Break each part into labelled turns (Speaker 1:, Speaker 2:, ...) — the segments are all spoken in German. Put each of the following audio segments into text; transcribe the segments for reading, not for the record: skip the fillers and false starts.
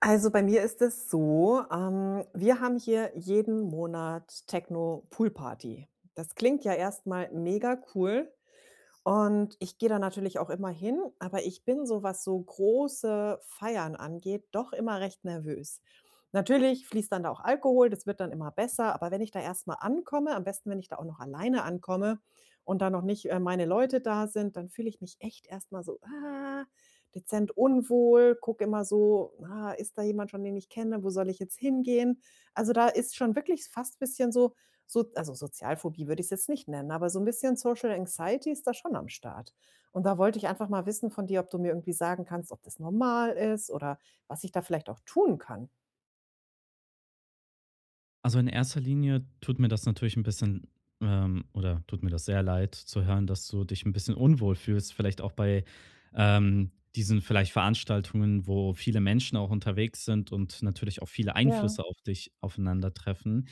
Speaker 1: Also bei mir ist es so, wir haben hier jeden Monat Techno-Poolparty. Das klingt ja erst mal mega cool, und ich gehe da natürlich auch immer hin, aber ich bin so, was so große Feiern angeht, doch immer recht nervös. Natürlich fließt dann da auch Alkohol, das wird dann immer besser, aber wenn ich da erst mal ankomme, am besten, wenn ich da auch noch alleine ankomme und da noch nicht, meine Leute da sind, dann fühle ich mich echt erst mal so, ah, dezent unwohl, gucke immer so, ah, ist da jemand schon, den ich kenne, wo soll ich jetzt hingehen? Also da ist schon wirklich fast ein bisschen so, so also Sozialphobie würde ich es jetzt nicht nennen, aber so ein bisschen Social Anxiety ist da schon am Start. Und da wollte ich einfach mal wissen von dir, ob du mir irgendwie sagen kannst, ob das normal ist oder was ich da vielleicht auch tun kann.
Speaker 2: Also, in erster Linie tut mir das natürlich ein bisschen oder tut mir das sehr leid zu hören, dass du dich ein bisschen unwohl fühlst, vielleicht auch bei, ähm, diesen vielleicht Veranstaltungen, wo viele Menschen auch unterwegs sind und natürlich auch viele
Speaker 1: Ja.
Speaker 2: Einflüsse auf dich aufeinandertreffen.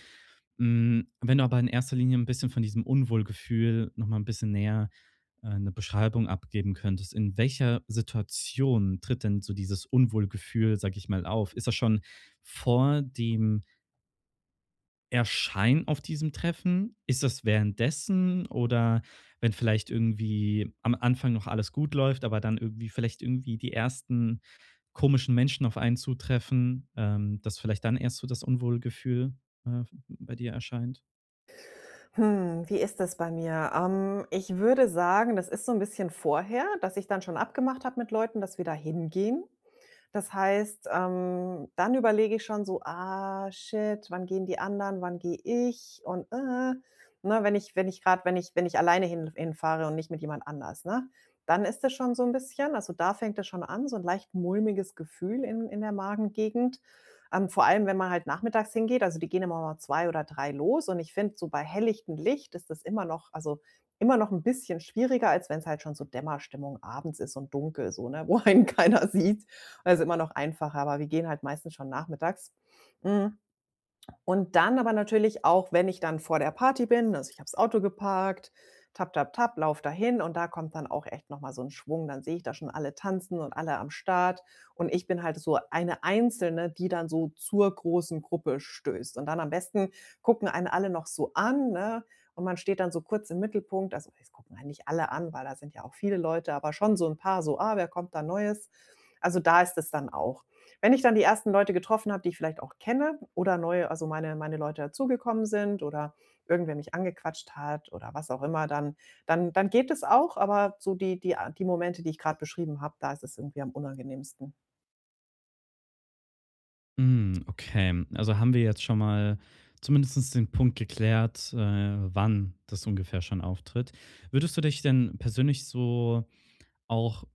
Speaker 2: Hm, wenn du aber in erster Linie ein bisschen von diesem Unwohlgefühl noch mal 'n bisschen näher 'ne Beschreibung abgeben könntest, in welcher Situation tritt denn so dieses Unwohlgefühl, sage ich mal, auf? Ist das schon vor dem erscheinen auf diesem Treffen? Ist das währenddessen oder wenn vielleicht irgendwie am Anfang noch alles gut läuft, aber dann irgendwie vielleicht irgendwie die ersten komischen Menschen auf einen zutreffen, dass vielleicht dann erst so das Unwohlgefühl, äh, bei dir erscheint?
Speaker 1: Hm, wie ist das bei mir? Ich würde sagen, das ist so ein bisschen vorher, dass ich dann schon abgemacht habe mit Leuten, dass wir da hingehen. Das heißt, dann überlege ich schon so: „Ah, shit, wann gehen die anderen, wann gehe ich?“ Und, ne, wenn ich wenn ich gerade wenn ich wenn ich alleine hinfahre und nicht mit jemand anders, ne? Dann ist das schon so ein bisschen also, da fängt das schon an, so ein leicht mulmiges Gefühl in der Magengegend. Vor allem, wenn man halt nachmittags hingeht, also, die gehen immer mal 2 oder 3 los und ich finde, so bei helllichtem Licht ist das immer noch also, immer noch ein bisschen schwieriger, als wenn es halt schon so Dämmerstimmung abends ist und dunkel so, ne, wo einen keiner sieht. Und das ist immer noch einfacher, aber wir gehen halt meistens schon nachmittags. Hm, und dann aber natürlich auch, wenn ich dann vor der Party bin, also ich habe das Auto geparkt, tap, tap, tap, lauf dahin und da kommt dann auch echt nochmal so ein Schwung. Dann sehe ich da schon alle tanzen und alle am Start und ich bin halt so eine Einzelne, die dann so zur großen Gruppe stößt. Und dann am besten gucken einen alle noch so an, ne? Und man steht dann so kurz im Mittelpunkt. Also, es gucken einen nicht alle an, weil da sind ja auch viele Leute, aber schon so ein paar so: „Ah, wer kommt da Neues?“ Also, da ist es dann auch. Wenn ich dann die ersten Leute getroffen habe, die ich vielleicht auch kenne oder neu also meine Leute dazugekommen sind oder irgendwer mich angequatscht hat oder was auch immer, dann geht es auch, aber so die Momente, die ich gerade beschrieben habe, da ist es irgendwie am unangenehmsten.
Speaker 2: Hm, okay. Also haben wir jetzt schon mal zumindestens den Punkt geklärt, wann das ungefähr schon auftritt. Würdest du dich denn persönlich so auch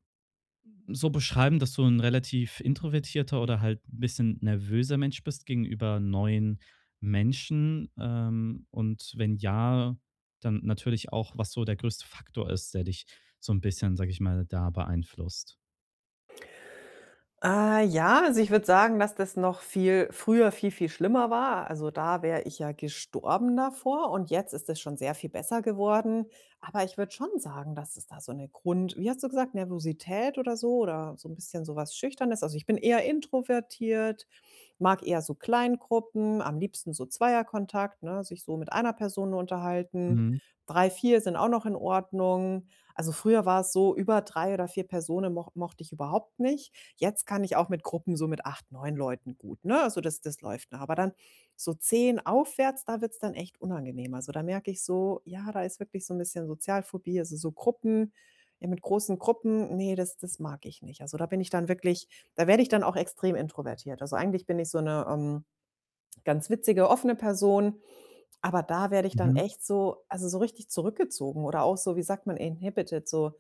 Speaker 2: so beschreiben, dass du ein relativ introvertierter oder halt ein bisschen nervöser Mensch bist gegenüber neuen Menschen? Und wenn ja, dann natürlich auch, was so der größte Faktor ist, der dich so ein bisschen, sag ich mal, da beeinflusst?
Speaker 1: Ja, also ich würde sagen, dass das noch viel früher viel, viel schlimmer war. Also, da wäre ich ja gestorben davor und jetzt ist es schon sehr viel besser geworden. Aber ich würde schon sagen, dass es da so eine Grund wie hast du gesagt, Nervosität oder so ein bisschen sowas was Schüchternes also, ich bin eher introvertiert, mag eher so Kleingruppen, am liebsten so Zweierkontakt, ne, sich so mit einer Person nur unterhalten.
Speaker 2: Mhm,
Speaker 1: 3, 4 sind auch noch in Ordnung. Also, früher war es so, über 3 oder 4 Personen mochte ich überhaupt nicht. Jetzt kann ich auch mit Gruppen so mit 8, 9 Leuten gut, ne? Also, das läuft noch. Aber dann so 10 aufwärts, da wird's dann echt unangenehm. Also, da merke ich so, ja, da ist wirklich so ein bisschen Sozialphobie, also, so Gruppen ja, mit großen Gruppen, nee, das mag ich nicht. Also, da bin ich dann wirklich da werde ich dann auch extrem introvertiert. Also, eigentlich bin ich so eine ganz witzige, offene Person. Aber da werde ich dann
Speaker 2: mhm.
Speaker 1: echt so also, so richtig zurückgezogen oder auch so, wie sagt man, inhibited, so,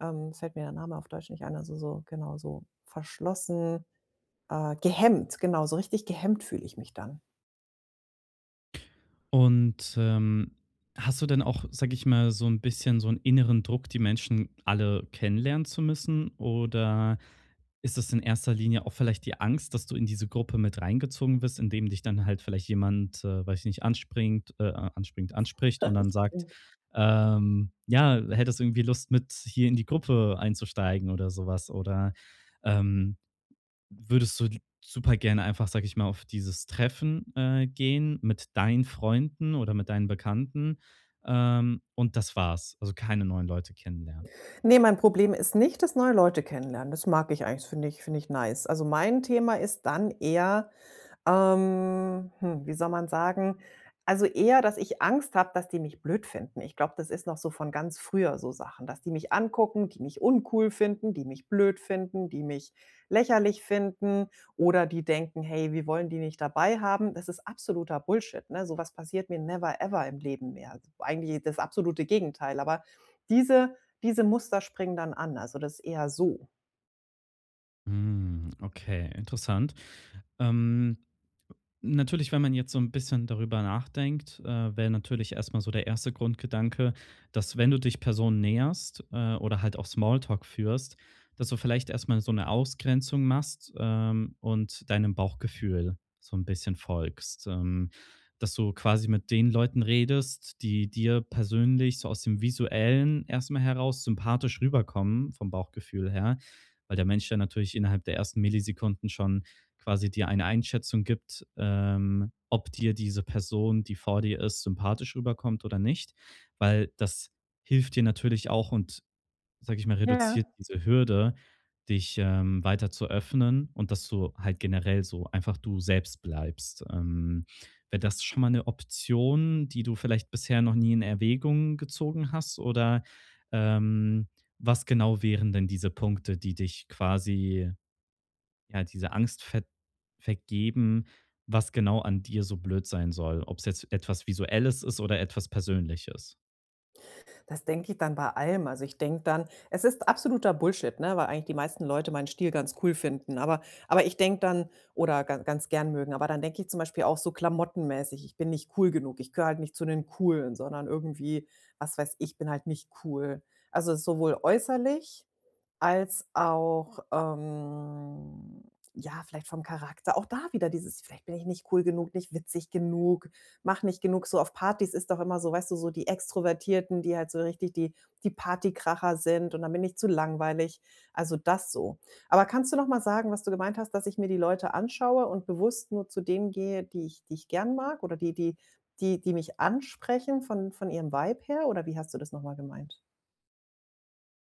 Speaker 1: fällt mir der Name auf Deutsch nicht ein, also, so genau, so verschlossen, gehemmt, genau, so richtig gehemmt fühle ich mich dann.
Speaker 2: Und, hast du denn auch, sag ich mal, so ein bisschen so einen inneren Druck, die Menschen alle kennenlernen zu müssen? Oder ist das in erster Linie auch vielleicht die Angst, dass du in diese Gruppe mit reingezogen wirst, indem dich dann halt vielleicht jemand, weiß ich nicht, anspringt anspringt anspricht und dann
Speaker 1: Ich
Speaker 2: sagt, „Ja, hättest du irgendwie Lust, mit hier in die Gruppe einzusteigen?“ oder sowas? Oder, ähm, würdest du super gerne einfach, sage ich mal, auf dieses Treffen gehen mit deinen Freunden oder mit deinen Bekannten, und das war's? Also, keine neuen Leute kennenlernen.
Speaker 1: ne, mein Problem ist nicht das neue Leute kennenlernen. Das mag ich eigentlich, finde ich nice. Also, mein Thema ist dann eher hm, wie soll man sagen? Also eher, dass ich Angst habe, dass die mich blöd finden. Ich glaube, das ist noch so von ganz früher so Sachen, dass die mich angucken, die mich uncool finden, die mich blöd finden, die mich lächerlich finden oder die denken: „Hey, wir wollen die nicht dabei haben.“ Das ist absoluter Bullshit, ne? Sowas passiert mir never ever im Leben mehr. Also, eigentlich das absolute Gegenteil, aber diese diese Muster springen dann an. Also, das ist eher so.
Speaker 2: Hm, okay, interessant. Ähm, natürlich, wenn man jetzt so ein bisschen darüber nachdenkt, wäre natürlich erst mal so der erste Grundgedanke, dass wenn du dich Personen näherst, oder halt auch Smalltalk führst, dass du vielleicht erst mal so eine Ausgrenzung machst, und deinem Bauchgefühl so ein bisschen folgst. Dass du quasi mit den Leuten redest, die dir persönlich so aus dem Visuellen erst mal heraus sympathisch rüberkommen vom Bauchgefühl her, weil der Mensch ja natürlich innerhalb der ersten Millisekunden schon quasi dir eine Einschätzung gibt, ob dir diese Person, die vor dir ist, sympathisch rüberkommt oder nicht, weil das hilft dir natürlich auch und, sage ich mal,
Speaker 1: Ja.
Speaker 2: reduziert diese Hürde, dich, weiter zu öffnen und dass du halt generell so einfach du selbst bleibst. Wäre das schon mal eine Option, die du vielleicht bisher noch nie in Erwägung gezogen hast? Oder, ähm, was genau wären denn diese Punkte, die dich quasi ja, diese Angst ver vergeben, was genau an dir so blöd sein soll, ob es jetzt etwas Visuelles ist oder etwas Persönliches.
Speaker 1: Das denke ich dann bei allem. Also, ich denke dann es ist absoluter Bullshit, ne, weil eigentlich die meisten Leute meinen Stil ganz cool finden, aber ich denke dann oder ganz ganz gern mögen, aber dann denke ich zum Beispiel auch so klamottenmäßig, ich bin nicht cool genug. Ich gehöre halt nicht zu den Coolen, sondern irgendwie, was weiß ich, bin halt nicht cool. Also, sowohl äußerlich als auch, ja, vielleicht vom Charakter. Auch da wieder dieses vielleicht bin ich nicht cool genug, nicht witzig genug, mache nicht genug so auf Partys ist doch immer so, weißt du, so die Extrovertierten, die halt so richtig die Partykracher sind und dann bin ich zu langweilig. Also, das so. Aber kannst du noch mal sagen, was du gemeint hast, dass ich mir die Leute anschaue und bewusst nur zu denen gehe, die ich gern mag oder die mich ansprechen von ihrem Vibe her, oder wie hast du das noch mal gemeint?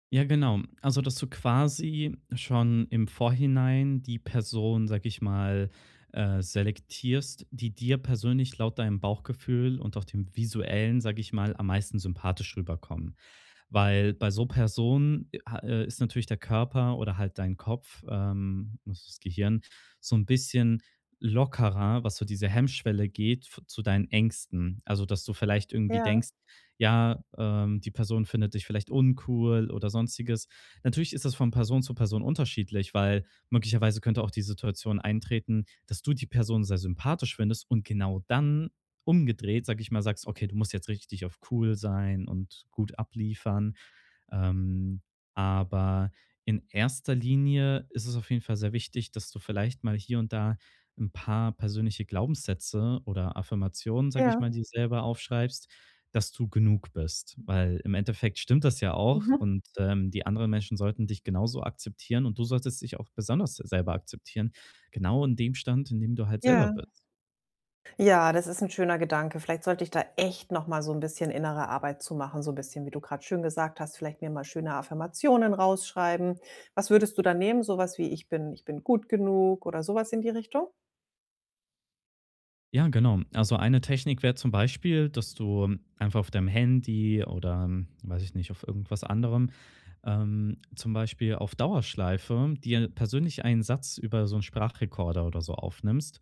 Speaker 2: Ja, genau. Also, dass du quasi schon im Vorhinein die Person, sag ich mal, selektierst, die dir persönlich laut deinem Bauchgefühl und auch dem visuellen, sag ich mal, am meisten sympathisch rüberkommen. Weil bei so Personen ist natürlich der Körper oder halt dein Kopf, das ist das Gehirn, so ein bisschen lockerer, was so diese Hemmschwelle zu deinen Ängsten. Also, dass du vielleicht irgendwie
Speaker 1: Ja,
Speaker 2: denkst, ja, die Person findet dich vielleicht uncool oder sonstiges. Natürlich ist das von Person zu Person unterschiedlich, weil möglicherweise könnte auch die Situation eintreten, dass du die Person sehr sympathisch findest und genau dann umgedreht, sag ich mal, sagst, okay, du musst jetzt richtig auf cool sein und gut abliefern. Ähm, aber in erster Linie ist es auf jeden Fall sehr wichtig, dass du vielleicht mal hier und da ein paar persönliche Glaubenssätze oder Affirmationen, sage ich
Speaker 1: ja,
Speaker 2: mal, dir selber aufschreibst, dass du genug bist. Weil im Endeffekt stimmt das ja auch
Speaker 1: mhm,
Speaker 2: und, die anderen Menschen sollten dich genauso akzeptieren und du solltest dich auch besonders selber akzeptieren, genau in dem Stand, in dem du halt selber
Speaker 1: ja.
Speaker 2: bist.
Speaker 1: Ja, das ist ein schöner Gedanke. Vielleicht sollte ich da echt noch mal so ein bisschen innere Arbeit zu machen, so ein bisschen, wie du gerade schön gesagt hast, vielleicht mir mal schöne Affirmationen rausschreiben. Was würdest du da nehmen? Sowas wie: „Ich bin ich bin gut genug“ oder sowas in die Richtung?
Speaker 2: Ja, genau. Also eine Technik wäre zum Beispiel, dass du einfach auf deinem Handy oder, weiß ich nicht, auf irgendwas anderem, zum Beispiel auf Dauerschleife dir persönlich einen Satz über so 'n Sprachrekorder oder so aufnimmst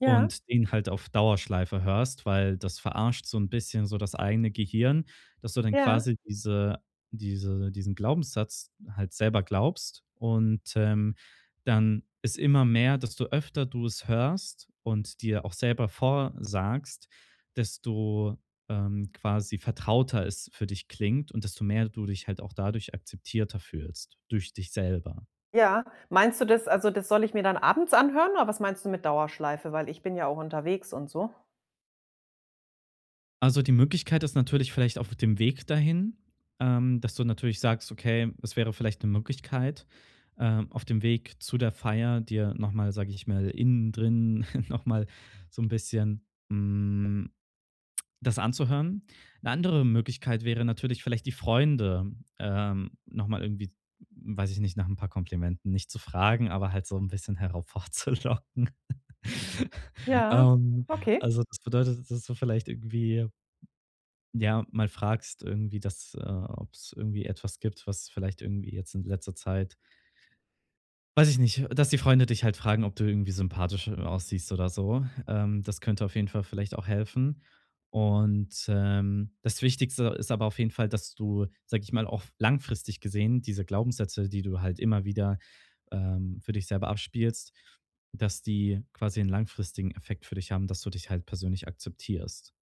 Speaker 1: Ja,
Speaker 2: und den halt auf Dauerschleife hörst, weil das verarscht so ein bisschen so das eigene Gehirn, dass du dann
Speaker 1: ja,
Speaker 2: quasi diese diesen Glaubenssatz halt selber glaubst und, dann ist immer mehr, desto öfter du es hörst und dir auch selber vorsagst, desto, quasi vertrauter es für dich klingt und desto mehr du dich halt auch dadurch akzeptierter fühlst, durch dich selber.
Speaker 1: ja. Meinst du das also, das soll ich mir dann abends anhören oder was meinst du mit Dauerschleife? Weil ich bin ja auch unterwegs und so.
Speaker 2: Also, die Möglichkeit ist natürlich vielleicht auf dem Weg dahin, dass du natürlich sagst: „Okay, es wäre vielleicht eine Möglichkeit, auf dem Weg zu der Feier dir noch mal, sage ich mal, innen drin noch mal so ein bisschen, hm, das anzuhören. Eine andere Möglichkeit wäre natürlich vielleicht die Freunde, noch mal irgendwie, weiß ich nicht, nach ein paar Komplimenten nicht zu fragen, aber halt so ein bisschen hervorzulocken.
Speaker 1: Ja,
Speaker 2: Ähm,
Speaker 1: okay.
Speaker 2: also, das bedeutet, dass du vielleicht irgendwie, ja, mal fragst irgendwie, dass, äh, ob es irgendwie etwas gibt, was vielleicht irgendwie jetzt in letzter Zeit weiß ich nicht, dass die Freunde dich halt fragen, ob du irgendwie sympathisch aussiehst oder so. Das könnte auf jeden Fall vielleicht auch helfen. Und, das Wichtigste ist aber auf jeden Fall, dass du, sage ich mal, auch langfristig gesehen diese Glaubenssätze, die du halt immer wieder, für dich selber abspielst, dass die quasi einen langfristigen Effekt für dich haben, dass du dich halt persönlich akzeptierst.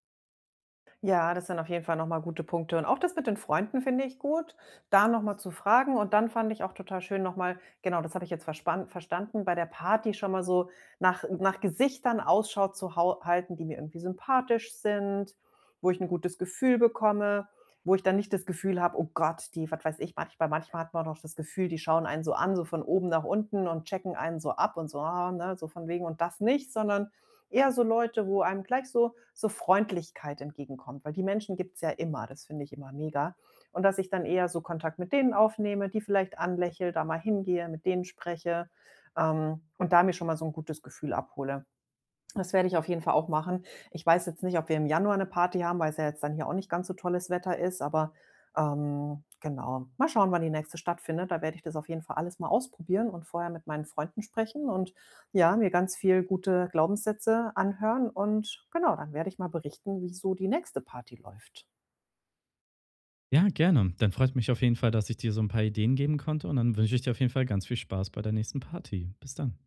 Speaker 1: Ja, das sind auf jeden Fall noch mal gute Punkte. Und auch das mit den Freunden finde ich gut, da noch mal zu fragen. Und dann fand ich auch total schön noch mal genau, das habe ich jetzt verspan verstanden, bei der Party schon mal so nach Gesichtern Ausschau zu hau halten, die mir irgendwie sympathisch sind, wo ich ein gutes Gefühl bekomme, wo ich dann nicht das Gefühl habe: „Oh Gott, die“ was weiß ich, manchmal hat man doch das Gefühl, die schauen einen so an, so von oben nach unten und checken einen so ab und so, ah, ne, so von wegen und das nicht, sondern eher so Leute, wo einem gleich so Freundlichkeit entgegenkommt, weil die Menschen gibt es ja immer, das finde ich immer mega. Und dass ich dann eher so Kontakt mit denen aufnehme, die vielleicht anlächle, da mal hingehe, mit denen spreche, und da mir schon mal so ein gutes Gefühl abhole. Das werde ich auf jeden Fall auch machen. Ich weiß jetzt nicht, ob wir im Januar eine Party haben, weil's ja jetzt dann hier auch nicht ganz so tolles Wetter ist, aber, genau. Mal schauen, wann die nächste stattfindet. Da werde ich das auf jeden Fall alles mal ausprobieren und vorher mit meinen Freunden sprechen und, ja, mir ganz viel gute Glaubenssätze anhören und genau, dann werde ich mal berichten, wie so die nächste Party läuft.
Speaker 2: Ja, gerne. Dann freut mich auf jeden Fall, dass ich dir so ein paar Ideen geben konnte und dann wünsche ich dir auf jeden Fall ganz viel Spaß bei der nächsten Party. Bis dann.